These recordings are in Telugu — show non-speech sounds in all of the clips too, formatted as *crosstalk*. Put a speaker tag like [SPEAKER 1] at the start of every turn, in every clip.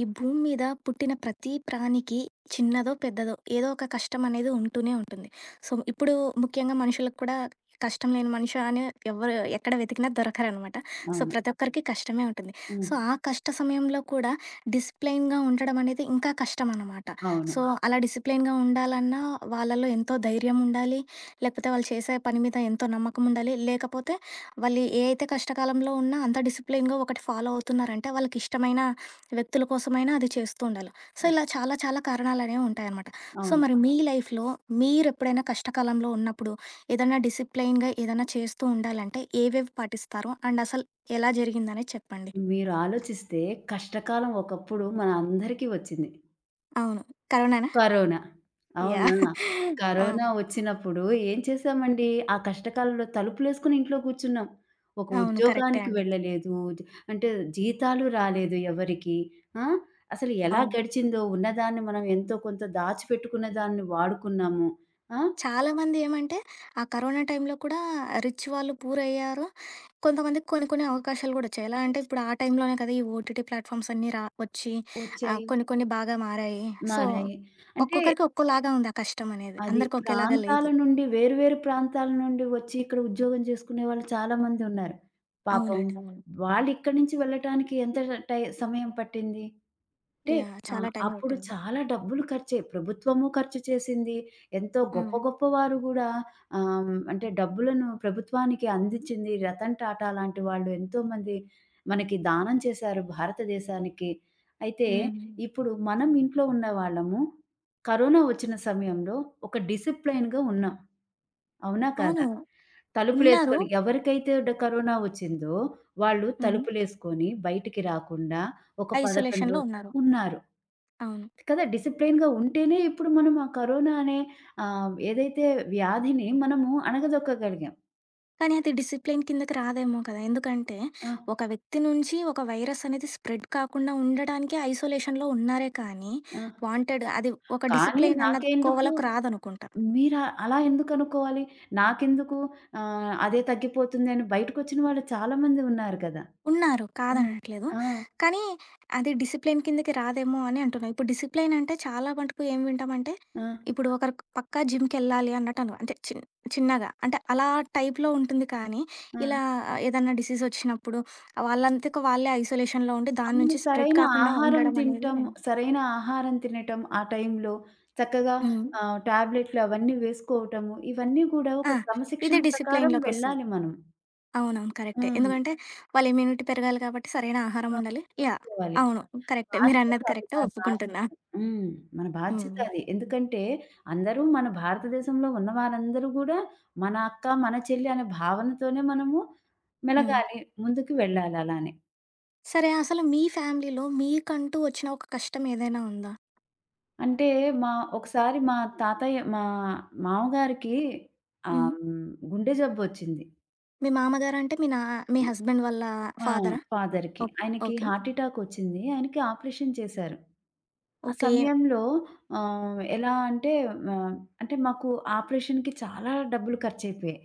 [SPEAKER 1] ఈ భూమి మీద పుట్టిన ప్రతి ప్రాణికి చిన్నదో, పెద్దదో ఏదో ఒక కష్టం అనేది ఉంటూనే ఉంటుంది. సో, ఇప్పుడు ముఖ్యంగా మనుషులకు కూడా కష్టం లేని మనిషి అని ఎవరు ఎక్కడ వెతికినా దొరకరనమాట. సో,
[SPEAKER 2] అవును.
[SPEAKER 1] ప్రతి ఒక్కరికి కష్టమే ఉంటుంది.
[SPEAKER 2] హ్మ్.
[SPEAKER 1] సో, ఆ కష్ట సమయంలో కూడా డిసిప్లైన్‌గా ఉండడం అనేది ఇంకా కష్టం అనమాట.
[SPEAKER 2] అవును.
[SPEAKER 1] సో, అలా డిసిప్లైన్‌గా ఉండాలన్నా వాళ్ళలో ఎంతో ధైర్యం ఉండాలి. లేకపోతే వాళ్ళు చేసే పని మీద ఎంతో నమ్మకం ఉండాలి. లేకపోతే వాళ్ళు ఏ అయితే కష్టకాలంలో ఉన్నా అంత డిసిప్లైన్‌గా ఒకటి ఫాలో అవుతున్నారంటే వాళ్ళకి ఇష్టమైన వ్యక్తుల కోసమైనా అది చేస్తూ ఉండాలి. సో,
[SPEAKER 2] అవ్
[SPEAKER 1] ఇలా చాలా చాలా కారణాలనేవి ఉంటాయనమాట. సో,
[SPEAKER 2] అవును.
[SPEAKER 1] మరి మీ లైఫ్‌లో మీరెప్పుడైనా కష్టకాలంలో ఉన్నప్పుడు ఏదన్నా డిసిప్లెయిన్‌గా ఏదన్నా చేస్తూ ఉండాలంటే ఏవేవి పాటిస్తారు? అండ్ అసలు ఎలా జరిగిందనేది చెప్పండి?
[SPEAKER 2] మీరు ఆలోచిస్తే కష్టకాలం ఒకప్పుడు మనందరికీ వచ్చింది.
[SPEAKER 1] అవును. కరోనానా?
[SPEAKER 2] కరోనా.
[SPEAKER 1] యాహ్!
[SPEAKER 2] అవునా?
[SPEAKER 1] ఆ!
[SPEAKER 2] కరోనా వచ్చినప్పుడు ఏం చేశామండి? ఆ కష్టకాలంలో తలుపులేసుకొని ఇంట్లో కూర్చున్నాం. ఒక
[SPEAKER 1] అవును. కరెక్టే
[SPEAKER 2] ఉద్యోగానికి
[SPEAKER 1] అండి.
[SPEAKER 2] వెళ్ళలేదు. జ అంటే జీతాలు రాలేదు ఎవరికీ. ఆ! అసలు ఎలా
[SPEAKER 1] అవును.
[SPEAKER 2] గడిచిందో ఉన్నదాన్ని మనం ఎంతో కొంత దాచిపెట్టుకున్న దాన్ని వాడుకున్నాము. ఆ!
[SPEAKER 1] చాలామంది ఏమంటే, ఆ కరోనా టైంలో కూడా రిచ్ వాళ్ళు పూరయ్యారు. కొంతమందికి కొన్ని కొన్ని అవకాశాలు గూడా వచ్చాయి. ఎలా అంటే, ఇప్పుడు ఆ టైంలోనే కదా! ఈ ఓటీటీ ప్లాట్‌ఫామ్స్ అన్నీ వచ్చి
[SPEAKER 2] వచ్చాయి.
[SPEAKER 1] కొన్ని కొన్ని బాగా మారాయి. సో,
[SPEAKER 2] మారాయి. అంటే
[SPEAKER 1] ఒక్కొక్కరికి ఒక్కోలాగా ఉంది ఆ కష్టం అనేది.
[SPEAKER 2] అది
[SPEAKER 1] అందరికి ఒకేలాగా
[SPEAKER 2] ప్రాంతాల
[SPEAKER 1] లేదు.
[SPEAKER 2] నుండి వేరు వేరు ప్రాంతాల నుండి వచ్చి ఇక్కడ ఉద్యోగం చేసుకునే వాళ్ళు చాలా మంది ఉన్నారు. పాపం
[SPEAKER 1] అవునండి. అవును.
[SPEAKER 2] వాళ్ళిక్కడి నుంచి వెళ్ళటానికి ఎంత సమయం పట్టింది? అంటే
[SPEAKER 1] యాహ్! చాలా టైం
[SPEAKER 2] అప్పుడు
[SPEAKER 1] పట్టింది.
[SPEAKER 2] చాలా డబ్బులు ఖర్చే. ప్రభుత్వము ఖర్చు చేసింది. ఎంతో గొప్ప
[SPEAKER 1] హ్మ్.
[SPEAKER 2] గొప్ప వారు గూడా అంటే డబ్బులను ప్రభుత్వానికి అందించింది. రతన్ టాటా లాంటి వాళ్ళు ఎంతోమంది మనకి దానం చేశారు భారతదేశానికి. అయితే
[SPEAKER 1] హ్మ్.
[SPEAKER 2] ఇప్పుడు మనం ఇంట్లో ఉన్న వాళ్ళము కరోనా వచ్చిన సమయంలో ఒక డిసిప్లైన్‌గా ఉన్నాం. అవునా? కాదా?
[SPEAKER 1] అవును. ఉన్నారు.
[SPEAKER 2] తలుపులేసుకొని ఎవరికైతే కరోనా వచ్చిందో వాళ్ళు
[SPEAKER 1] హ్మ్.
[SPEAKER 2] తలుపులేసుకొని బయటికి రాకుండా ఒక 11
[SPEAKER 1] ఐసోలేషన్‌లో
[SPEAKER 2] రోజులు
[SPEAKER 1] ఉన్నారు.
[SPEAKER 2] ఉన్నారు.
[SPEAKER 1] అవును.
[SPEAKER 2] కదా! డిసిప్లిన్‌గా ఉంటేనే ఇప్పుడు మనం ఆ కరోనా అనే ఏదైతే వ్యాధిని మనము అణగదొక్కగలిగాం.
[SPEAKER 1] కానీ అది డిసిప్లిన్ కిందకి రాదేమో కదా! ఎందుకంటే,
[SPEAKER 2] ఆ!
[SPEAKER 1] ఒక వ్యక్తి నుంచి ఒక వైరస్ అనేది స్ప్రెడ్ కాకుండా ఉండడానికే ఐసోలేషన్‌లో ఉన్నారే కానీ,
[SPEAKER 2] ఆ!
[SPEAKER 1] వాంటెడ్ అది ఒక
[SPEAKER 2] కానీ
[SPEAKER 1] డిసిప్లిన్ అన్న
[SPEAKER 2] నాకెందుకు
[SPEAKER 1] కోవలోకి రాదనుకుంటా.
[SPEAKER 2] మీరు అలా ఎందుకు అనుకోవాలి? నాకెందుకు అదే తగ్గిపోతుంది అని బయటకొచ్చిన వాళ్ళు చాలా మంది ఉన్నారు కదా!
[SPEAKER 1] ఉన్నారు.
[SPEAKER 2] హ్మ్.
[SPEAKER 1] కాదనట్లేదు.
[SPEAKER 2] ఆ!
[SPEAKER 1] కానీ అది డిసిప్లిన్ కిందకి రాదేమో అని అంటున్నా. ఇప్పుడు డిసిప్లిన్ అంటే చాలా మటుకు ఏం వింటామంటే,
[SPEAKER 2] ఆ!
[SPEAKER 1] ఇప్పుడు ఒకరు పక్కా జిమ్‌కెళ్ళాలి అన్నట్టను. అంటే చిన్నగా అంటే అలా టైప్‌లో ఉంటుంది కానీ,
[SPEAKER 2] ఆ!
[SPEAKER 1] ఇలా ఏదన్నా డిసీజ్ వచ్చినప్పుడు వాళ్ళంతకు వాళ్ళే ఐసోలేషన్‌లో ఉండి దాని
[SPEAKER 2] అవును.
[SPEAKER 1] నుంచి స్ప్రెడ్
[SPEAKER 2] సరైన
[SPEAKER 1] కాకుండా
[SPEAKER 2] ఆహారం
[SPEAKER 1] ఉండడం అనేది
[SPEAKER 2] తినటం, సరైన ఆహారం తినటం ఆ టైంలో చక్కగా
[SPEAKER 1] హ్మ్.
[SPEAKER 2] టాబ్లెట్లు అవన్నీ వేసుకోవటము, ఇవన్నీ కూడా
[SPEAKER 1] ఆ!
[SPEAKER 2] ఒక క్రమశిక్షణ
[SPEAKER 1] ఇది
[SPEAKER 2] ప్రకారం
[SPEAKER 1] డిసిప్లిన్‌లోకొస్తుంది.
[SPEAKER 2] వెళ్ళాలి మనం.
[SPEAKER 1] అవునవును.
[SPEAKER 2] ఆ!
[SPEAKER 1] కరెక్టే. ఎందుకంటే వాళ్ళ ఇమ్యూనిటీ పెరగాలి కాబట్టి సరైన ఆహారం
[SPEAKER 2] ఆ!
[SPEAKER 1] ఉండాలి. యాహ్!
[SPEAKER 2] చూసుకోవాలి.
[SPEAKER 1] అవును. కరెక్టే.
[SPEAKER 2] బాధ్యత
[SPEAKER 1] మీరన్నది
[SPEAKER 2] అది
[SPEAKER 1] కరెక్టే.
[SPEAKER 2] మన బాధ్యత.
[SPEAKER 1] ఒప్పుకుంటున్నా.
[SPEAKER 2] హ్మ్. మన బాధ్యత
[SPEAKER 1] హ్మ్.
[SPEAKER 2] అది. ఎందుకంటే అందరూ మన భారతదేశంలో ఉన్న వారందరూ గూడా మన అక్క, మన చెల్లి అనే భావనతోనే మనము
[SPEAKER 1] హ్మ్.
[SPEAKER 2] మెలగాలి. ముందుకు వెళ్ళాలి అలానే.
[SPEAKER 1] సరే. అసలు మీ ఫ్యామిలీలో మీకంటూ వచ్చిన ఒక కష్టం ఏదైనా ఉందా?
[SPEAKER 2] అంటే మా ఒకసారి మా తాతయ్య మా మామగారికి ఆహ్,
[SPEAKER 1] హ్మ్.
[SPEAKER 2] హ్మ్, గుండె జబ్బొచ్చింది.
[SPEAKER 1] మీ మామగారంటే మీ హస్బెండ్ వాళ్ళ
[SPEAKER 2] ఆ!
[SPEAKER 1] ఫాదరా?
[SPEAKER 2] ఫాదర్‌కి.
[SPEAKER 1] ఓహ్!
[SPEAKER 2] ఆయనకి
[SPEAKER 1] ఓకే.
[SPEAKER 2] హార్ట్ ఎటాక్ వచ్చింది. ఆయనకి ఆపరేషన్ చేశారు. ఆ
[SPEAKER 1] ఓకే.
[SPEAKER 2] సమయంలో ఎలా అంటే ఆహ్, అంటే మాకు ఆపరేషన్‌కి చాలా డబ్బులు ఖర్చయిపోయాయి.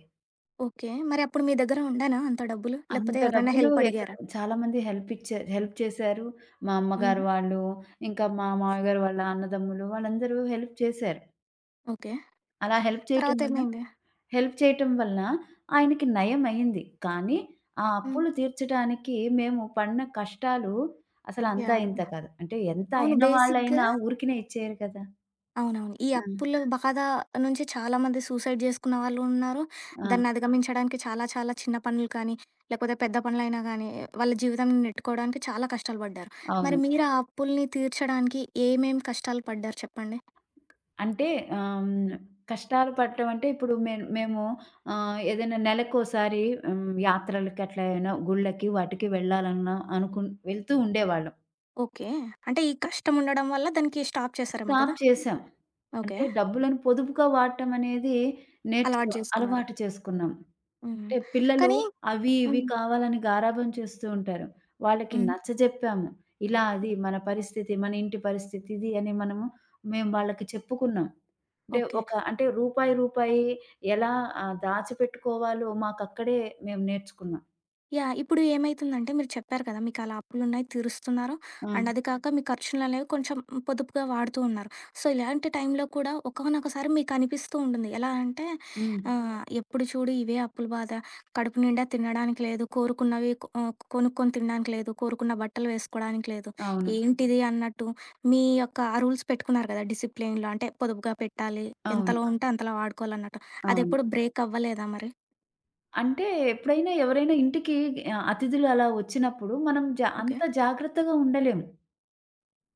[SPEAKER 1] ఓకే. మరి అప్పుడు మీ దగ్గర ఉండేనా అంత డబ్బులు?
[SPEAKER 2] అంత
[SPEAKER 1] లేకపోతే ఎవరినైనా
[SPEAKER 2] డబ్బులు
[SPEAKER 1] హెల్ప్
[SPEAKER 2] ఎక్కడ?
[SPEAKER 1] అడిగారా?
[SPEAKER 2] చాలామంది హెల్ప్ చేశారు. మా అమ్మగారు
[SPEAKER 1] హుహు.
[SPEAKER 2] వాళ్ళు, ఇంకా మా మామయ్య గారు వాళ్ళ అన్నదమ్ములు వాళ్ళందరూ హెల్ప్ చేశారు.
[SPEAKER 1] ఓకే.
[SPEAKER 2] అలా హెల్ప్ చేయటం
[SPEAKER 1] తర్వాత
[SPEAKER 2] వల్ల
[SPEAKER 1] ఏమైంది?
[SPEAKER 2] హెల్ప్ చేయటం వలన ఆయనకి నయమయింది. కానీ, ఆ
[SPEAKER 1] హ్మ్.
[SPEAKER 2] అప్పులు తీర్చడానికి మేము పడిన కష్టాలు అసలంతా
[SPEAKER 1] యాహ్!
[SPEAKER 2] ఇంతా కాదు. అంటే ఎంత
[SPEAKER 1] అవును.
[SPEAKER 2] అయిన
[SPEAKER 1] బేసిక్‌గా
[SPEAKER 2] వాళ్ళైనా ఊరికనే ఇచ్చేయరు కదా!
[SPEAKER 1] అవునవును. ఈ
[SPEAKER 2] ఆ!
[SPEAKER 1] అప్పుల బాధ నుంచి చాలామంది సూసైడ్ జేసుకున్న వాళ్ళు ఉన్నారు.
[SPEAKER 2] ఆ!
[SPEAKER 1] దాన్ని అధిగమించడానికి చాలా చాలా చిన్న పనులు కానీ, లేకపోతే పెద్ద పనులైనా గానీ, వాళ్ళ జీవితాన్ని నెట్టుకోవడానికి చాలా కష్టాలు పడ్డారు.
[SPEAKER 2] అవును.
[SPEAKER 1] మరి మీరు ఆ అప్పుల్ని తీర్చడానికి ఏమేం కష్టాలు పడ్డారు చెప్పండి?
[SPEAKER 2] అంటే ఆహ్, హ్మ్. కష్టాలు పడటం అంటే ఇప్పుడు మేము ఏదైనా నెలకోసారి హ్మ్, యాత్రలకి అట్లా ఏమైనా గుళ్ళకి వాటికి వెళ్ళాలన్న వెళ్తూ ఉండేవాళ్ళం.
[SPEAKER 1] ఓకే. అంటే ఈ కష్టం ఉండడం వల్ల దానికి స్టాప్ చేశారేమో
[SPEAKER 2] స్టాప్
[SPEAKER 1] కదా!
[SPEAKER 2] చేశాం.
[SPEAKER 1] ఓకే.
[SPEAKER 2] అంటే డబ్బులను పొదుపుగా వాడటం అనేది
[SPEAKER 1] అలవాటు
[SPEAKER 2] నేర్చుకో
[SPEAKER 1] జేసుకున్నారు.
[SPEAKER 2] అలవాటు చేసుకున్నాం.
[SPEAKER 1] హ్మ్.
[SPEAKER 2] అంటే పిల్లలు
[SPEAKER 1] కానీ
[SPEAKER 2] అవి ఇవి
[SPEAKER 1] హ్మ్.
[SPEAKER 2] కావాలని గారాబం చేస్తూ ఉంటారు. వాళ్ళకి
[SPEAKER 1] హ్మ్.
[SPEAKER 2] నచ్చజెప్పాము. ఇలా అది మన పరిస్థితి, మన ఇంటి పరిస్థితి ఇది అని మనము మేము వాళ్ళకి చెప్పుకున్నాం. అంటే
[SPEAKER 1] ఓకే.
[SPEAKER 2] ఒక అంటే రూపాయి, రూపాయి ఎలా దాచిపెట్టుకోవాలో మాకక్కడే మేము నేర్చుకున్నాం.
[SPEAKER 1] యాహ్! ఇప్పుడు ఏమైతుందంటే మీరు చెప్పారు కదా! మీకలా అప్పులున్నాయి తీరుస్తున్నారు.
[SPEAKER 2] ఆ!
[SPEAKER 1] అండ్ అది కాక మీ ఖర్చులనేవి కొంచెం పొదుపుగా వాడుతూ ఉన్నారు. సో, ఇలాంటి టైంలో కూడా ఒకానొకసారి మీకనిపిస్తూ ఉంటుంది. ఎలా అంటే
[SPEAKER 2] హ్మ్.
[SPEAKER 1] ఎప్పుడు చూడు ఇవే అప్పుల బాధ. కడుపు నిండా తినడానికి లేదు. కోరుకున్నవి కొనుక్కొని తినడానికి లేదు. కోరుకున్న బట్టలు వేసుకోవడానికి లేదు.
[SPEAKER 2] అవును.
[SPEAKER 1] ఏంటిది అన్నట్టు మీ యొక్క ఆ రూల్స్ పెట్టుకున్నారు కదా! డిసిప్లిన్‌లో అంటే పొదుపుగా పెట్టాలి.
[SPEAKER 2] అవును.
[SPEAKER 1] ఎంతలో ఆ! ఉంటే అంతలో వాడుకోవాలన్నట్టు.
[SPEAKER 2] అవును.
[SPEAKER 1] అదెప్పుడు బ్రేక్ అవ్వలేదా మరి?
[SPEAKER 2] అంటే ఎప్పుడైనా ఎవరైనా ఇంటికి అతిథులు అలా వచ్చినప్పుడు మనం
[SPEAKER 1] ఓకే.
[SPEAKER 2] అంత జాగ్రత్తగా ఉండలేము.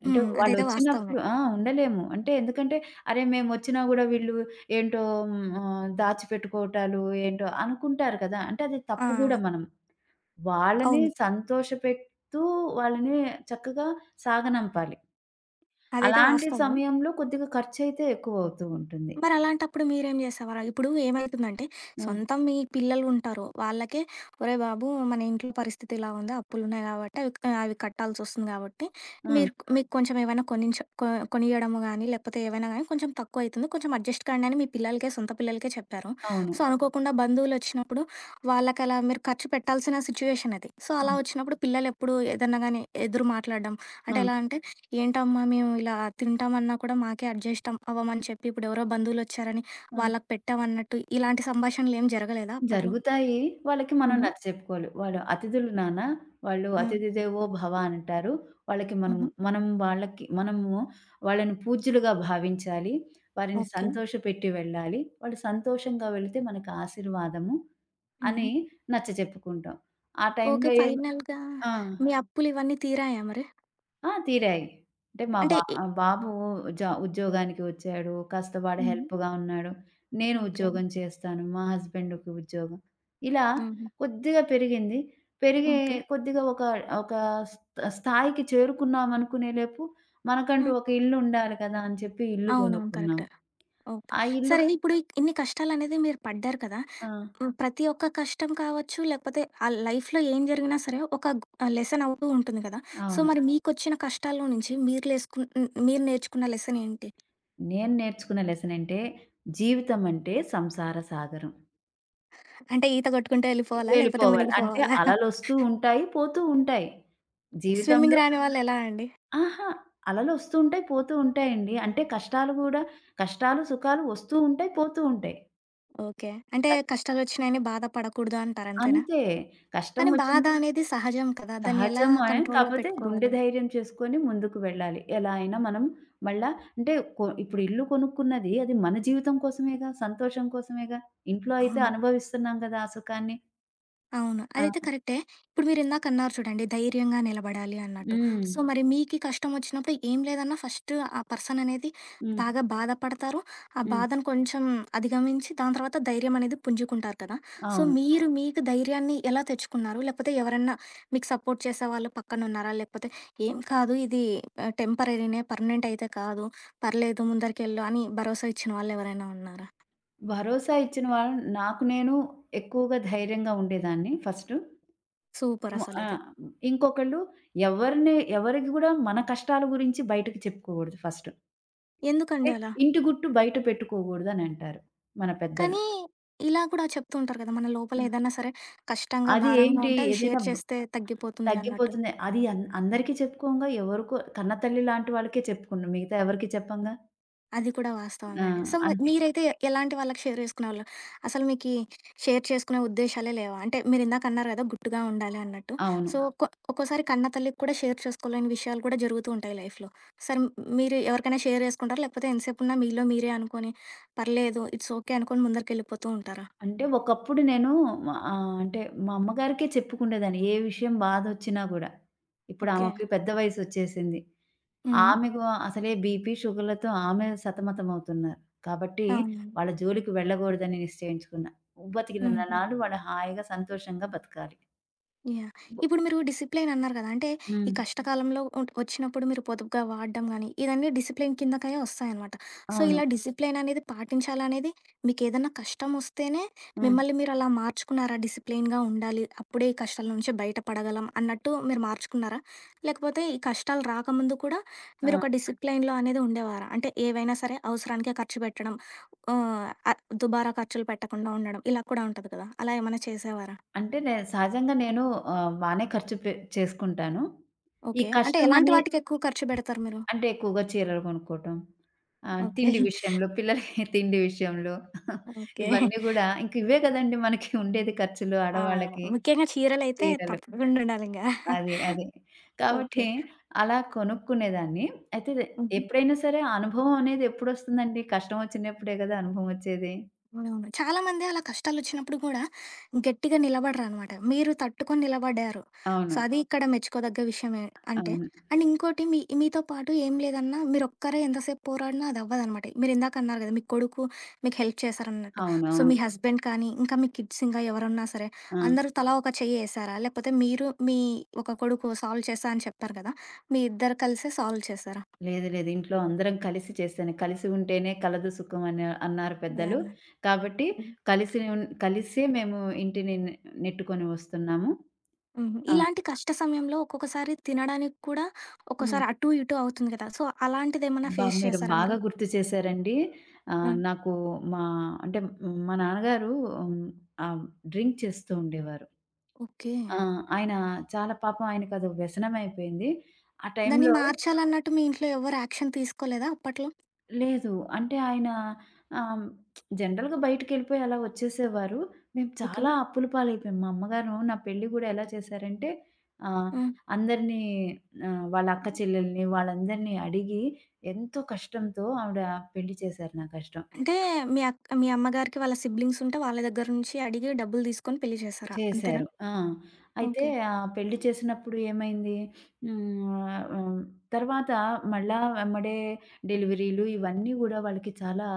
[SPEAKER 2] అంటే
[SPEAKER 1] హ్మ్. అదైతే వాస్తవమే.
[SPEAKER 2] వాళ్ళొచ్చినప్పుడు ఆ! ఉండలేము. అంటే ఎందుకంటే, అరే! మేమొచ్చినా గూడా వీళ్ళు ఏంటో దాచిపెట్టుకోవటాలు ఏంటో అనుకుంటారు కదా! అంటే అది
[SPEAKER 1] ఆ!
[SPEAKER 2] తప్పు గూడా మనం. వాళ్ళని
[SPEAKER 1] అవును.
[SPEAKER 2] సంతోషపెడుతూ వాళ్ళని చక్కగా సాగనంపాలి.
[SPEAKER 1] అదైతే
[SPEAKER 2] అలాంటి
[SPEAKER 1] వాస్తవమే.
[SPEAKER 2] సమయంలో కొద్దిగా ఖర్చయితే ఎక్కువవుతూ ఉంటుంది.
[SPEAKER 1] మరలాంటప్పుడు మీరేం జేసేవారా? ఇప్పుడు ఏమైతుందంటే,
[SPEAKER 2] ఆ!
[SPEAKER 1] సొంతం మీ పిల్లలుంటారు. వాళ్ళకే ఒరేయ్ బాబు! మన ఇంట్లో పరిస్థితి ఇలా ఉంది. అప్పులున్నాయి గాబట్టి అవి అవి కట్టాల్సొస్తుంది గాబట్టి,
[SPEAKER 2] ఆ!
[SPEAKER 1] మీరు మీకు కొంచెం ఏవైనా కొనించ కొ కొనియడము గానీ, లేకపోతే ఏవైనా గానీ కొంచెం తక్కువైతుంది. కొంచెం అడ్జస్ట్ కండి అని మీ పిల్లలకే, సొంత పిల్లలకే చెప్పారు.
[SPEAKER 2] అవును.
[SPEAKER 1] సో, అనుకోకుండా బంధువులొచ్చినప్పుడు వాళ్ళకలా మీరు ఖర్చు పెట్టాల్సిన సిచ్యువేషన్ అది. సో, అలా
[SPEAKER 2] అవును.
[SPEAKER 1] ఒచ్చినప్పుడు పిల్లలెప్పుడు ఏదన్నా గానీ ఎదురు మాట్లాడడం
[SPEAKER 2] ఆ!
[SPEAKER 1] అంటే ఎలా అంటే ఏంటమ్మా మేము ఇలా తింటామన్నా కూడా మాకే అవ్వమని చెప్పి ఇప్పుడు ఎవరో బంధువులు వచ్చారని
[SPEAKER 2] ఆ!
[SPEAKER 1] వాళ్ళకి పెట్టామన్నట్టు ఇలాంటి సంభాషణలు ఏం జరగలేదా అప్పట్లో
[SPEAKER 2] జరుగుతాయి. వాళ్ళకి మనం
[SPEAKER 1] మ్మ్.
[SPEAKER 2] నచ్చచెప్పుకోవాలి. వాళ్ళు అతిథులు నాన్న, వాళ్ళు
[SPEAKER 1] ఉమ్,
[SPEAKER 2] అతిథి దేవో భవ అంటారు. వాళ్ళకి మనం
[SPEAKER 1] మ్హూ,
[SPEAKER 2] మనం వాళ్ళకి మనము వాళ్ళని పూజ్యులుగా భావించాలి. వారిని
[SPEAKER 1] ఓకే
[SPEAKER 2] సంతోషపెట్టి వెళ్ళాలి. వాళ్ళు సంతోషంగా వెళితే మనకు ఆశీర్వాదము అని
[SPEAKER 1] మ్హూ.
[SPEAKER 2] నచ్చచెప్పుకుంటాం. ఆ
[SPEAKER 1] ఓకే
[SPEAKER 2] టైంలో ఏం?
[SPEAKER 1] ఫైనల్ గా
[SPEAKER 2] ఆ!
[SPEAKER 1] మీ అప్పులు ఇవన్నీ తీరాయా మరి
[SPEAKER 2] ఆ! తీరాయి. అంటే మా
[SPEAKER 1] అంటే
[SPEAKER 2] బా
[SPEAKER 1] ఏ-
[SPEAKER 2] బాబు ఉద్యోగానికి వచ్చాడు. కాస్త వాడు
[SPEAKER 1] మ్మ్.
[SPEAKER 2] హెల్ప్‌గా ఉన్నాడు. నేను
[SPEAKER 1] ఓకే
[SPEAKER 2] ఉద్యోగం చేస్తాను. మా హస్బెండ్‌కి ఉద్యోగం. ఇలా
[SPEAKER 1] మ్హూ,
[SPEAKER 2] కొద్దిగా పెరిగింది. పెరిగే
[SPEAKER 1] ఓకే
[SPEAKER 2] కొద్దిగా ఒక ఒక స్థా స్థాయికి చేరుకున్నాం అనుకునేలోపు మనకంటూ
[SPEAKER 1] ఉమ్,
[SPEAKER 2] ఒక ఇల్లు ఉండాలి కదా! అని చెప్పి ఇల్లు
[SPEAKER 1] అవునవును
[SPEAKER 2] కొనుక్కున్నాం.
[SPEAKER 1] కరెక్ట్ ఓకే
[SPEAKER 2] ఆ ఇల్లు.
[SPEAKER 1] సరే ఇప్పుడు ఇన్ని కష్టాలు అనేది మీరు పడ్డారు కదా
[SPEAKER 2] ఆ!
[SPEAKER 1] హ్మ్. ప్రతి ఒక్క కష్టం కావచ్చు, లేకపోతే ఆ లైఫ్‌లో ఏం జరిగినా సరే ఒక లెసన్ అవుతూ ఉంటుంది కదా! సో,
[SPEAKER 2] అవును.
[SPEAKER 1] మరి మీకొచ్చిన కష్టాల్లో నుంచి మీరు నేర్చుకున్న లెసన్ ఏంటి?
[SPEAKER 2] నేను నేర్చుకున్న లెసన్ అంటే జీవితం అంటే సంసార సాగరం.
[SPEAKER 1] అంటే ఈత కొట్టుకుంటూ వెళ్ళిపోవాలా? లేకపోతే
[SPEAKER 2] వెళ్ళిపోవాలి. అంటే
[SPEAKER 1] మునిగిపోవాలా?
[SPEAKER 2] అలలొస్తూ ఉంటాయి, పోతూ ఉంటాయి. జీవితంలో
[SPEAKER 1] స్విమ్మింగ్ రాని వాళ్ళు ఎలా అండి?
[SPEAKER 2] అహా! అలలొస్తూ ఉంటాయి, పోతూ ఉంటాయండి. అంటే కష్టాలు గూడా కష్టాలు, సుఖాలు వస్తూ ఉంటాయి, పోతూ ఉంటాయి.
[SPEAKER 1] ఓకే. అంటే
[SPEAKER 2] కష్
[SPEAKER 1] కష్టాలొచ్చినాయని బాధ పడకూడదు అంటారు అంతేనా?
[SPEAKER 2] అంతే. కష్టం
[SPEAKER 1] కానీ బాధ
[SPEAKER 2] వచ్చింది.
[SPEAKER 1] అనేది సహజం కదా! దాన్ని ఎలా
[SPEAKER 2] సహజమే.
[SPEAKER 1] కంట్రోల్‌లో
[SPEAKER 2] కాపోతే గుండె
[SPEAKER 1] పెట్టుకోవాలి?
[SPEAKER 2] ధైర్యం చేసుకొని ముందుకు వెళ్ళాలి. ఎలా అయినా మనం మళ్ళా అంటే ఇప్పుడు ఇల్లు కొనుక్కున్నది అది మన జీవితం కోసమేగా, సంతోషం కోసమేగా. ఇంట్లో అయితే
[SPEAKER 1] అవును.
[SPEAKER 2] అనుభవిస్తున్నాం గదా! ఆ సుఖాన్ని.
[SPEAKER 1] అవును.
[SPEAKER 2] ఆ!
[SPEAKER 1] అదైతే కరెక్టే. ఇప్పుడు మీరిందాకన్నారు చూడండి, ధైర్యంగా నిలబడాలి అన్నట్టు.
[SPEAKER 2] హ్మ్.
[SPEAKER 1] సో, మరి మీకి కష్టమొచ్చినప్పుడు ఏం లేదన్నా ఫస్ట్ ఆ పర్సన్ అనేది
[SPEAKER 2] హ్మ్.
[SPEAKER 1] బాగా బాధపడతారు. ఆ
[SPEAKER 2] హ్మ్.
[SPEAKER 1] బాధను కొంచెం అధిగమించి దాని తర్వాత ధైర్యం అనేది పుంజుకుంటారు కదా! సో,
[SPEAKER 2] అవును.
[SPEAKER 1] మీరు హ్మ్. మీకు ధైర్యాన్ని ఎలా తెచ్చుకున్నారు? లేకపోతే ఎవరన్నా మీకు సపోర్ట్ చేసేవాళ్ళు పక్కనున్నారా? లేకపోతే ఏం కాదు ఇది టెంపరరీనే పర్మనెంట్ అయితే కాదు. పర్లేదు ముందరికెళ్ళు అని భరోసా ఇచ్చిన వాళ్ళెవరైనా ఉన్నారా?
[SPEAKER 2] భరోసా ఇచ్చిన వాళ్ళు నాకు నేను ఎక్కువగా ధైర్యంగా ఉండేదాన్ని ఫస్టు. హ్మ్. ఆ!
[SPEAKER 1] సూపరసలిది.
[SPEAKER 2] ఇంకొకళ్ళు ఎవరిని ఎవరికి గూడా మన కష్టాల గురించి బయటకి చెప్పుకోకూడదు ఫస్టు. అంటే
[SPEAKER 1] ఎందుకండి అలా?
[SPEAKER 2] ఇంటి గుట్టు బయట పెట్టుకోకూడదనంటారు మన పెద్దలు.
[SPEAKER 1] కానీ ఇలా కూడా చెప్తూ ఉంటారు కదా! మన లోపల
[SPEAKER 2] హ్మ్.
[SPEAKER 1] ఏదన్నా సరే కష్టంగా,
[SPEAKER 2] అది
[SPEAKER 1] భారంగా హ్మ్.
[SPEAKER 2] ఏంటి?
[SPEAKER 1] ఉంటే అది
[SPEAKER 2] ఏదైనా
[SPEAKER 1] షేర్
[SPEAKER 2] బ్
[SPEAKER 1] చేస్తే తగ్గిపోతుంది అన్నట్టు.
[SPEAKER 2] తగ్గిపోతుంది. అది అందరికీ చెప్పుకోంగా ఎవరికో కన్న తల్లి లాంటి వాళ్ళకే చెప్పుకున్నాం. మిగతా ఎవరికీ చెప్పంగా.
[SPEAKER 1] అది కూడా
[SPEAKER 2] ఆ!
[SPEAKER 1] వాస్తవమే అండి. సో, మరి
[SPEAKER 2] అంతే.
[SPEAKER 1] మీరైతే ఎలాంటి వాళ్ళకి షేర్ చేసుకునేవాళ్ళు? అసలు మీకీ షేర్ చేసుకునే ఉద్దేశాలే లేవా? అంటే మీరిందాక అన్నారు కదా! గుట్టుగా ఉండాలి అన్నట్టు.
[SPEAKER 2] అవును.
[SPEAKER 1] సో, ఒక్కోసారి కన్న తల్లికి కూడా షేర్ చేసుకోలేని విషయాలు కూడా జరుగుతూ ఉంటాయి లైఫ్‌లో. సరే మీరు ఎవరికైనా షేర్ చేసుకుంటారా? లేకపోతే ఎంతసేపున్నా మీలో మీరే అనుకోని, పర్లేదు ఇట్స్ ఓకే అనుకోని ముందరికెళ్ళిపోతూ ఉంటారా?
[SPEAKER 2] అంటే ఒకప్పుడు నేను అంటే మా అమ్మగారికే చెప్పుకునేదాన్ని. ఏ విషయం బాధొచ్చినా గూడా. ఇప్పుడు
[SPEAKER 1] ఓకే.
[SPEAKER 2] ఆమెకి పెద్ద వయసొచ్చేసింది.
[SPEAKER 1] హ్మ్.
[SPEAKER 2] ఆమెకు అసలే బీపీ, షుగర్‌లతో ఆమె సతమతమవుతున్నారు. కాబట్టి
[SPEAKER 1] అవునండి.
[SPEAKER 2] వాళ్ళ జోలికి వెళ్ళగూడదని నిశ్చయించుకున్నా. బతికినన్ని
[SPEAKER 1] హ్మ్.
[SPEAKER 2] నాళ్ళు వాళ్ళు హాయిగా, సంతోషంగా బతకాలి.
[SPEAKER 1] యాహ్!
[SPEAKER 2] బొ
[SPEAKER 1] ఇప్పుడు మీరు డిసిప్లైన్ అన్నారు కదా! అంటే ఈ
[SPEAKER 2] హ్మ్.
[SPEAKER 1] కష్టకాలంలో ఒట్ వచ్చినప్పుడు మీరు పొదుపుగా వాడడం గానీ, ఇదన్నీ డిసిప్లైన్ కిందకే వస్తాయనమాట. సో,
[SPEAKER 2] అవును.
[SPEAKER 1] ఇలా డిసిప్లైన్ అనేది పాటించాలనేది మీకేదన్నా కష్టమొస్తేనే
[SPEAKER 2] హ్మ్.
[SPEAKER 1] మిమ్మల్ని మీరు అలా మార్చుకున్నారా? డిసిప్లైన్‌గా ఉండాలి. అప్పుడే ఈ కష్టాల నుంచి బయటపడగలం అన్నట్టు మీరు మార్చుకున్నారా? లేకపోతే ఈ కష్టాలు రాకముందు కూడా
[SPEAKER 2] ఆ!
[SPEAKER 1] మీరొక డిసిప్లైన్‌లో అనేది ఉండేవారా? అంటే ఏవైనా సరే అవసరానికే ఖర్చు పెట్టడం. ఆహ్, అ దుబారా ఖర్చులు పెట్టకుండా ఉండడం. ఇలా కూడా ఉంటది కదా! అలా ఏమైనా చేసేవారా?
[SPEAKER 2] అంటే సహజంగా నేను బానే ఖర్చు పె చేసుకుంటాను. ఈ
[SPEAKER 1] ఓకే. అంటే ఎలాంటి
[SPEAKER 2] కష్టమనే
[SPEAKER 1] వాటికెక్కువ ఖర్చు బెడతారు మీరు?
[SPEAKER 2] అంటే ఎక్కువగా చీరలు కొనుక్కోవటం. ఆహ్,
[SPEAKER 1] ఓకే.
[SPEAKER 2] తిండి విషయంలో పిల్లలకి *laughs* తిండి విషయంలో *laughs*
[SPEAKER 1] ఓకే.
[SPEAKER 2] ఇవన్నీ గూడా ఇంక ఇవే గదండీ మనకి ఉండేది ఖర్చులు
[SPEAKER 1] ఆ!
[SPEAKER 2] ఆడవాళ్ళకి
[SPEAKER 1] ముఖ్యంగా చీరలైతే
[SPEAKER 2] చీరలు.
[SPEAKER 1] తప్పకుండా ఉండాలింగా.
[SPEAKER 2] అదే. అదే.
[SPEAKER 1] ఓకే.
[SPEAKER 2] కాబట్టి అలా కొనుక్కునేదాన్ని. అయితే
[SPEAKER 1] హుహు.
[SPEAKER 2] ఎప్పుడైనా సరే అనుభవం అనేది ఎప్పుడొస్తుందండి? కష్టం ఒచ్చినప్పుడే గదా అనుభవం ఒచ్చేది.
[SPEAKER 1] అవునవును. చాలామంది అలా కష్టాలొచ్చినప్పుడు గూడా గట్టిగా నిలబడరనమాట. మీరు తట్టుకొని నిలబడ్డారు.
[SPEAKER 2] అవును.
[SPEAKER 1] సో, అది అవును. ఇక్కడ మెచ్చుకోదగ్గ విషయమే అంటే.
[SPEAKER 2] అవును.
[SPEAKER 1] అండ్ ఇంకోటి మీ మీతో పాటు ఏం లేదన్నా మీరొక్కరే ఎంతసేపు పోరాడినా అదవ్వదనమాట. మీరిందాక అన్నారు గదా! మీ కొడుకు మీకు హెల్ప్ చేశారన్నట్టు. సో,
[SPEAKER 2] అవునవును.
[SPEAKER 1] మీ అవును. హస్బెండ్ కానీ, ఇంకా మీ కిడ్స్ ఇంకా ఎవరన్నా సరే
[SPEAKER 2] ఆ!
[SPEAKER 1] అందరూ తలా ఒక చెయ్యేశారా? లేకపోతే మీరు, మీ ఒక కొడుకు సాల్వ్ చేశా అని చెప్పారు గదా! మీ ఇద్దరు కలిసే సాల్వ్ చేశారా?
[SPEAKER 2] లేదు. లేదు. ఇంట్లో అందరం కలిసి చేశాను. కలిసి ఉంటేనే కలదు సుఖం అని అన్నారు పెద్దలు.
[SPEAKER 1] యాహ్!
[SPEAKER 2] కాబట్టి
[SPEAKER 1] హ్మ్.
[SPEAKER 2] కలిసి ఉన్ కలిసే మేము ఇంటిని నెట్టుకొని వస్తున్నాము.
[SPEAKER 1] హుహు.
[SPEAKER 2] ఆ!
[SPEAKER 1] ఇలాంటి కష్ట సమయంలో ఒక్కొక్కసారి తినడానికి కూడా
[SPEAKER 2] హ్మ్.
[SPEAKER 1] ఒక్కోసారి అటు, ఇటు అవుతుంది కదా! సో, అలాంటిదేమన్నా ఫేస్
[SPEAKER 2] మీరు
[SPEAKER 1] చేసారా మీరు?
[SPEAKER 2] బాగా గుర్తు చేశారండి.
[SPEAKER 1] ఆ!
[SPEAKER 2] ఆహ్, నాకు మా అంటే మా నాన్నగారు హ్మ్, ఆహ్, డ్రింక్ చేస్తూ ఉండేవారు.
[SPEAKER 1] ఓకే.
[SPEAKER 2] ఆ! ఆయన చాలా పాపం ఆయనకదో వ్యసనమైపోయింది. ఆ
[SPEAKER 1] దాన్ని
[SPEAKER 2] టైంలో
[SPEAKER 1] మార్చాలన్నట్టు మీ ఇంట్లో ఎవరు యాక్షన్ తీసుకోలేదా అప్పట్లో?
[SPEAKER 2] లేదు. అంటే ఆయన ఆహ్, జనరల్‌గా బయటికెళ్ళిపోయి అలా వచ్చేసేవారు. మేము
[SPEAKER 1] ఓకే.
[SPEAKER 2] చాలా అప్పుల పాలైపోయాం. మా అమ్మగారు నా పెళ్లి గూడా ఎలా చేశారంటే ఆహ్,
[SPEAKER 1] హ్మ్.
[SPEAKER 2] అందరినీ వాళ్ళ అక్క చెల్లెల్ని వాళ్ళందరినీ అడిగి ఎంతో కష్టంతో ఆవిడ పెళ్లి చేశారు నా కష్టం.
[SPEAKER 1] అంటే మీ అమ్మగారికి వాళ్ళ సిబ్లింగ్స్ ఉంటే వాళ్ళ దగ్గర నుంచి అడిగి డబ్బులు తీసుకొని పెళ్లి చేసారా? అంతేనా?
[SPEAKER 2] చేశారు. ఆ! అయితే
[SPEAKER 1] ఓకే.
[SPEAKER 2] ఆ పెళ్లి చేసినప్పుడు ఏమైంది? హ్మ్. ఆహ్, తర్వాత మళ్ళా వెంబడే డెలివరీలు ఇవన్నీ గూడా వాళ్ళకి చాలా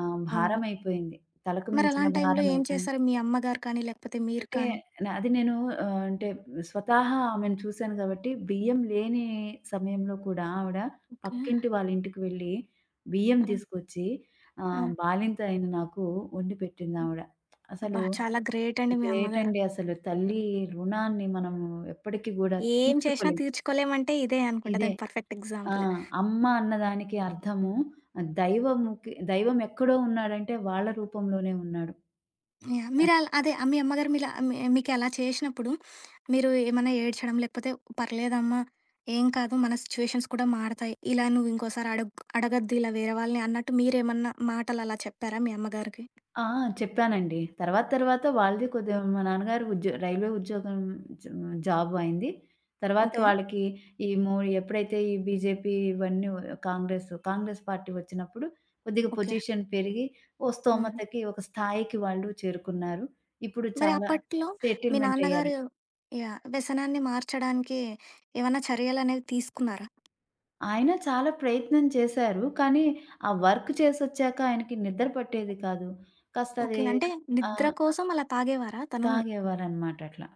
[SPEAKER 1] అవును.
[SPEAKER 2] భారమైపోయింది. తలకు
[SPEAKER 1] మరి
[SPEAKER 2] మించిన
[SPEAKER 1] అలాంటి టైంలో ఏం
[SPEAKER 2] భారమైపోయింది.
[SPEAKER 1] చేశారు మీ అమ్మగారు కానీ, లేకపోతే మీరు
[SPEAKER 2] అంటే
[SPEAKER 1] కానీ?
[SPEAKER 2] న అది నేను అంటే స్వతహా ఆమెను చూశాను గాబట్టి, బియ్యం లేని సమయంలో కూడా ఆవిడ
[SPEAKER 1] ఓకే.
[SPEAKER 2] పక్కింటి వాళ్ళ ఇంటికి వెళ్ళి, బియ్యం
[SPEAKER 1] ఆ!
[SPEAKER 2] తీసుకొచ్చి
[SPEAKER 1] ఆ!
[SPEAKER 2] బాలింత అయిన నాకు వండి పెట్టిందావిడ. అసలు
[SPEAKER 1] అబ్బా! చాలా గ్రేట్ అండి మీ
[SPEAKER 2] గ్రేట్
[SPEAKER 1] అమ్మగారు.
[SPEAKER 2] అండి అసలు. తల్లి రుణాన్ని మనము ఎప్పటికి గూడా
[SPEAKER 1] ఏం చేసినా
[SPEAKER 2] తీర్చుకోలేం.
[SPEAKER 1] తీర్చుకోలేమంటే ఇదే అనుకుంటా
[SPEAKER 2] ఇదే
[SPEAKER 1] దానికి పర్ఫెక్ట్
[SPEAKER 2] ఆ!
[SPEAKER 1] ఎగ్జాంపుల్.
[SPEAKER 2] అమ్మ అన్నదానికి అర్థము దైవముకి దైవం ఎక్కడో ఉన్నాడంటే వాళ్ళ రూపంలోనే ఉన్నాడు.
[SPEAKER 1] యాహ్!
[SPEAKER 2] అది.
[SPEAKER 1] మీరలా అదే మీ అమ్మగారు మీలా మీ మీకలా చేసినప్పుడు మీరు ఏమన్నా ఏడ్చడం, లేకపోతే పర్లేదమ్మా ఏం కాదు మన సిచ్యువేషన్స్ కూడా మారతాయి. ఇలా నువ్వు ఇంకోసారి అడగొద్దు ఇలా వేరే వాళ్ళని అన్నట్టు మీరేమన్నా మాటలలా చెప్పారా మీ అమ్మగారికి?
[SPEAKER 2] ఆ! చెప్పానండి. తర్వాత తర్వాత వాళ్ళది కొద్దిగా మా నాన్నగారు రైల్వే ఉద్యోగం జ జాబ్ అయింది. తర్వాత
[SPEAKER 1] ఓకే.
[SPEAKER 2] వాళ్ళకి ఈ మో ఎప్పుడైతే ఈ బీజేపీ ఇవన్నీ కాంగ్రెస్, కాంగ్రెస్ పార్టీ వచ్చినప్పుడు కొద్దిగా
[SPEAKER 1] ఓకే.
[SPEAKER 2] పొజిషన్ పెరిగి ఓ
[SPEAKER 1] హుహు.
[SPEAKER 2] స్తోమతకి ఒక స్థాయికి వాళ్ళు చేరుకున్నారు. ఇప్పుడు
[SPEAKER 1] మరి
[SPEAKER 2] చాలా
[SPEAKER 1] అప్పట్లో మీ
[SPEAKER 2] సెటిల్మెంట్ అయ్యారు.
[SPEAKER 1] నాన్నగారు యాహ్! వ్యసనాన్ని మార్చడానికి ఏమన్నా చర్యలనేవి తీసుకున్నారా?
[SPEAKER 2] ఆయన చాలా ప్రయత్నం చేశారు. కానీ ఆ వర్క్ చేసొచ్చాక ఆయనకి నిద్ర పట్టేది కాదు. కాస్త
[SPEAKER 1] ఓకే.
[SPEAKER 2] అది
[SPEAKER 1] అంటే
[SPEAKER 2] ఆ!
[SPEAKER 1] నిద్ర కోసం అలా తాగేవారా తను?
[SPEAKER 2] తాగేవారనమాట అట్లా.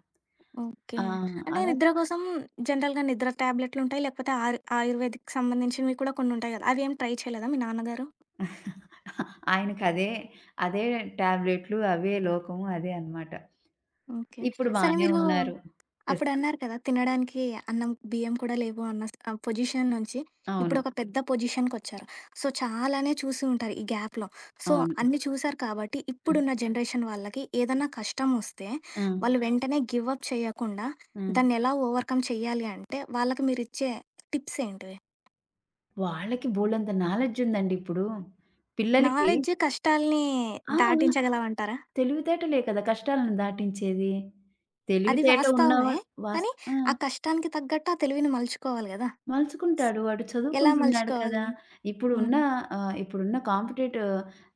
[SPEAKER 1] ఓకే.
[SPEAKER 2] ఆ!
[SPEAKER 1] అంటే
[SPEAKER 2] అలా
[SPEAKER 1] నిద్ర కోసం జనరల్‌గా నిద్ర టాబ్లెట్లుంటాయి. లేకపోతే ఆయుర్వేదిక్‌కి సంబంధించినవి కూడా కొన్నుంటాయి గదా! అవేం ట్రై చేయలేదా మీ నాన్నగారు?
[SPEAKER 2] ఆయనకదే, అదే అదే టాబ్లెట్లు, అవే లోకము అదే అన్నమాట.
[SPEAKER 1] ఓకే.
[SPEAKER 2] ఇప్పుడు
[SPEAKER 1] సరే
[SPEAKER 2] బానే
[SPEAKER 1] మీరు
[SPEAKER 2] ఉన్నారు. ప్రస్తుతం.
[SPEAKER 1] అప్పుడన్నారు కదా! తినడానికి అన్నం, బియ్యం కూడా లేవు అన్న పొజిషన్ నుంచి
[SPEAKER 2] అవును.
[SPEAKER 1] ఇప్పుడొక పెద్ద పొజిషన్‌కొచ్చారు. సో, చాలానే చూసి ఉంటారు ఈ గ్యాప్‌లో. సో,
[SPEAKER 2] అవును.
[SPEAKER 1] అన్నీ చూసారు కాబట్టి
[SPEAKER 2] హ్మ్.
[SPEAKER 1] ఇప్పుడున్న జనరేషన్ వాళ్ళకి ఏదన్నా కష్టమొస్తే
[SPEAKER 2] హ్మ్.
[SPEAKER 1] వాళ్ళు వెంటనే గివ్ అప్ చేయకుండా
[SPEAKER 2] హ్మ్.
[SPEAKER 1] దాన్నెలా ఓవర్‌కమ్ చేయాలి అంటే వాళ్ళకి మీరిచ్చే టిప్స్ ఏంటివి?
[SPEAKER 2] వాళ్ళకి బోలెడంత నాలెడ్జ్ ఉందండి ఇప్పుడు. పిల్లలకి
[SPEAKER 1] నాలెడ్జ్ కష్టాల్ని
[SPEAKER 2] ఆ!
[SPEAKER 1] దాటించగలవంటారా?
[SPEAKER 2] తెలివితేటలే కదా! కష్టాలను దాటించేది.
[SPEAKER 1] అది
[SPEAKER 2] తెలివితేట
[SPEAKER 1] వాస్తవమే.
[SPEAKER 2] ఉన్నవాడు వాస్
[SPEAKER 1] కానీ,
[SPEAKER 2] ఆ!
[SPEAKER 1] ఆ కష్టానికి తగ్గట్టు ఆ తెలివిని మలుచుకోవాలి గదా!
[SPEAKER 2] మలుచుకుంటాడు. వాడు
[SPEAKER 1] ఎలా
[SPEAKER 2] చదువుకుంటున్నాడు కదా!
[SPEAKER 1] మలుచుకోవాలి?
[SPEAKER 2] ఇప్పుడున్న
[SPEAKER 1] హుహు.
[SPEAKER 2] ఇప్పుడున్న కాంపిటేటివ్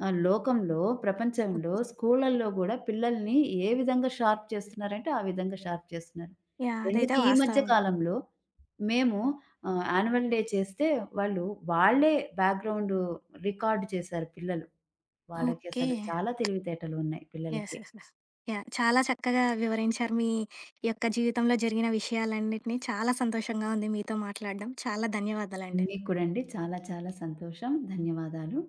[SPEAKER 2] లోకంలో, ప్రపంచంలో
[SPEAKER 1] ఓకే.
[SPEAKER 2] స్కూళ్ళల్లో గూడా పిల్లల్ని ఏ విధంగా షార్ప్ చేస్తున్నారంటే, ఆ విధంగా షార్ప్ చేస్తున్నారు.
[SPEAKER 1] యాహ్!
[SPEAKER 2] ఎందుకు
[SPEAKER 1] అదైతే
[SPEAKER 2] ఈ మధ్య
[SPEAKER 1] వాస్తవమే.
[SPEAKER 2] కాలంలో మేము యాన్యువల్ డే చేస్తే వాళ్ళు వాళ్ళే బ్యాక్‌గ్రౌండ్ రికార్డ్ చేశారు పిల్లలు. వాళ్ళకి
[SPEAKER 1] ఓకే.
[SPEAKER 2] అసలు చాలా తెలివితేటలు ఉన్నాయి
[SPEAKER 1] యెస్.
[SPEAKER 2] పిల్లలకి.
[SPEAKER 1] యెస్. యెస్. యాహ్! చాలా చక్కగా వివరించారు. మీ యొక్క జీవితంలో జరిగిన విషయాలన్నిటిని. చాలా సంతోషంగా ఉంది మీతో మాట్లాడడం. చాలా ధన్యవాదాలండి.
[SPEAKER 2] మీకు కూడా అండి చాలా చాలా సంతోషం. ధన్యవాదాలు.